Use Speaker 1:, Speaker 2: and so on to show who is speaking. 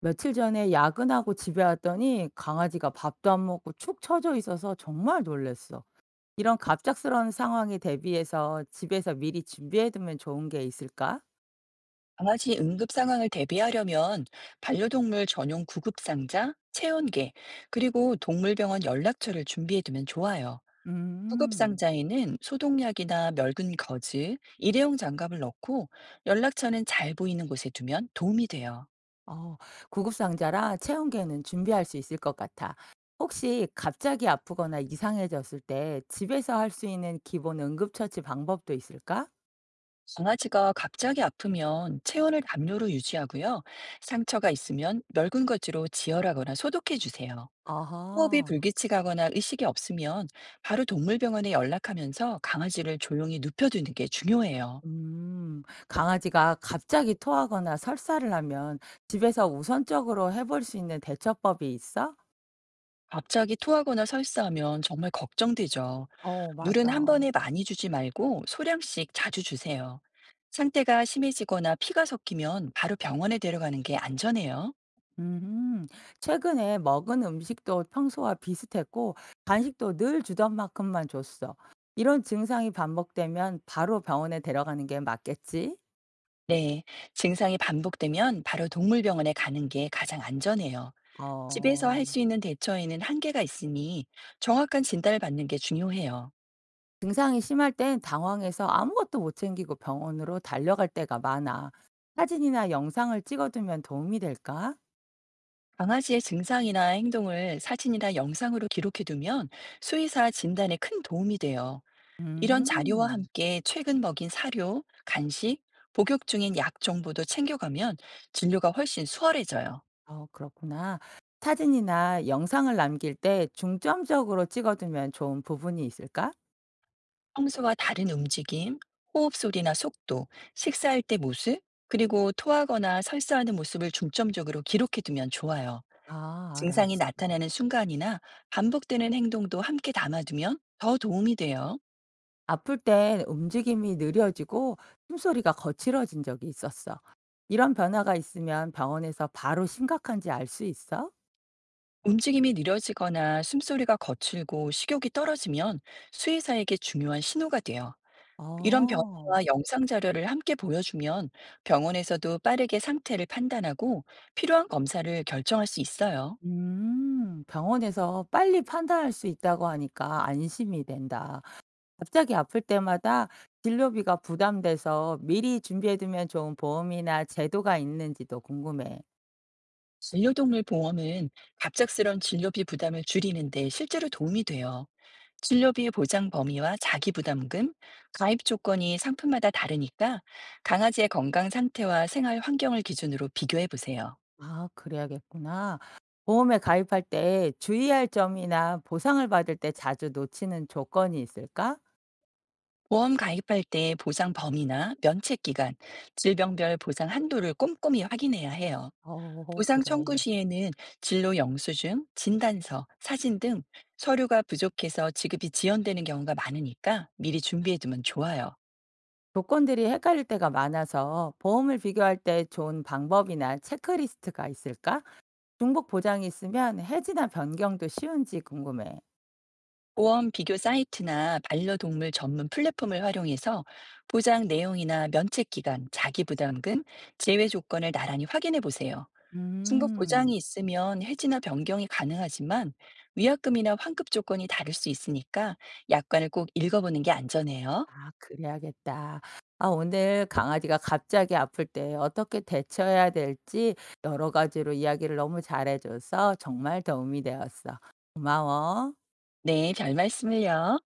Speaker 1: 며칠 전에 야근하고 집에 왔더니 강아지가 밥도 안 먹고 축 처져 있어서 정말 놀랬어. 이런 갑작스러운 상황에 대비해서 집에서 미리 준비해두면 좋은 게 있을까?
Speaker 2: 강아지 응급 상황을 대비하려면 반려동물 전용 구급상자, 체온계, 그리고 동물병원 연락처를 준비해두면 좋아요.
Speaker 1: 음,
Speaker 2: 구급상자에는 소독약이나 멸근 거즈, 일회용 장갑을 넣고 연락처는 잘 보이는 곳에 두면 도움이 돼요.
Speaker 1: 어, 구급상자라 체온계는 준비할 수 있을 것 같아. 혹시 갑자기 아프거나 이상해졌을 때 집에서 할 수 있는 기본 응급처치 방법도 있을까?
Speaker 2: 강아지가 갑자기 아프면 체온을 담요로 유지하고요. 상처가 있으면 멸근 거즈로 지혈하거나 소독해 주세요. 호흡이
Speaker 1: 아하.
Speaker 2: 불규칙하거나 의식이 없으면 바로 동물병원에 연락하면서 강아지를 조용히 눕혀두는 게 중요해요.
Speaker 1: 음. 강아지가 갑자기 토하거나 설사를 하면 집에서 우선적으로 해볼 수 있는 대처법이 있어?
Speaker 2: 갑자기 토하거나 설사하면 정말 걱정되죠.
Speaker 1: 어,
Speaker 2: 물은 한
Speaker 1: 맞아.
Speaker 2: 번에 많이 주지 말고 소량씩 자주 주세요. 상태가 심해지거나 피가 섞이면 바로 병원에 데려가는 게 안전해요.
Speaker 1: 음, 최근에 먹은 음식도 평소와 비슷했고, 간식도 늘 주던 만큼만 줬어. 이런 증상이 반복되면 바로 병원에 데려가는 게 맞겠지?
Speaker 2: 네. 증상이 반복되면 바로 동물병원에 가는 게 가장 안전해요. 집에서
Speaker 1: 어,
Speaker 2: 할 수 있는 대처에는 한계가 있으니 정확한 진단을 받는 게 중요해요.
Speaker 1: 증상이 심할 땐 당황해서 아무것도 못 챙기고 병원으로 달려갈 때가 많아. 사진이나 영상을 찍어두면 도움이 될까?
Speaker 2: 강아지의 증상이나 행동을 사진이나 영상으로 기록해두면 수의사 진단에 큰 도움이 돼요. 이런 자료와
Speaker 1: 음.
Speaker 2: 함께 최근 먹인 사료, 간식, 복역 중인 약 정보도 챙겨가면 진료가 훨씬 수월해져요.
Speaker 1: 어 그렇구나. 사진이나 영상을 남길 때 중점적으로 찍어두면 좋은 부분이 있을까?
Speaker 2: 평소와 다른 움직임, 호흡 소리나 속도, 식사할 때 모습, 그리고 토하거나 설사하는 모습을 중점적으로 기록해두면 좋아요.
Speaker 1: 아
Speaker 2: 증상이
Speaker 1: 알았어.
Speaker 2: 나타나는 순간이나 반복되는 행동도 함께 담아두면 더 도움이 돼요.
Speaker 1: 아플 땐 움직임이 느려지고 숨소리가 거칠어진 적이 있었어. 이런 변화가 있으면 병원에서 바로 심각한지 알 수 있어?
Speaker 2: 움직임이 느려지거나 숨소리가 거칠고 식욕이 떨어지면 수의사에게 중요한 신호가 돼요. 이런
Speaker 1: 어.
Speaker 2: 변화와 영상 자료를 함께 보여주면 병원에서도 빠르게 상태를 판단하고 필요한 검사를 결정할 수 있어요.
Speaker 1: 음. 병원에서 빨리 판단할 수 있다고 하니까 안심이 된다. 갑자기 아플 때마다 진료비가 부담돼서 미리 준비해 두면 좋은 보험이나 제도가 있는지도 궁금해.
Speaker 2: 진료동물 보험은 갑작스런 진료비 부담을 줄이는데 실제로 도움이 돼요. 진료비 보장 범위와 자기 부담금, 가입 조건이 상품마다 다르니까 강아지의 건강 상태와 생활 환경을 기준으로 비교해 보세요.
Speaker 1: 아, 그래야겠구나. 보험에 가입할 때 주의할 점이나 보상을 받을 때 자주 놓치는 조건이 있을까?
Speaker 2: 보험 가입할 때 보상 범위나 면책 기간, 질병별 보상 한도를 꼼꼼히 확인해야 해요.
Speaker 1: 어,
Speaker 2: 보상
Speaker 1: 그래.
Speaker 2: 청구 시에는 진로 영수증, 진단서, 사진 등 서류가 부족해서 지급이 지연되는 경우가 많으니까 미리 준비해두면 좋아요.
Speaker 1: 조건들이 헷갈릴 때가 많아서 보험을 비교할 때 좋은 방법이나 체크리스트가 있을까? 중복 보장이 있으면 해지나 변경도 쉬운지 궁금해.
Speaker 2: 보험 비교 사이트나 반려동물 전문 플랫폼을 활용해서 보장 내용이나 면책 기간, 자기 부담금, 제외 조건을 나란히 확인해 보세요. 중복
Speaker 1: 음.
Speaker 2: 보장이 있으면 해지나 변경이 가능하지만 위약금이나 환급 조건이 다를 수 있으니까 약관을 꼭 읽어보는 게 안전해요.
Speaker 1: 아 그래야겠다. 아 오늘 강아지가 갑자기 아플 때 어떻게 대처해야 될지 여러 가지로 이야기를 너무 잘해 줘서 정말 도움이 되었어. 고마워.
Speaker 2: 네, 별 말씀을요.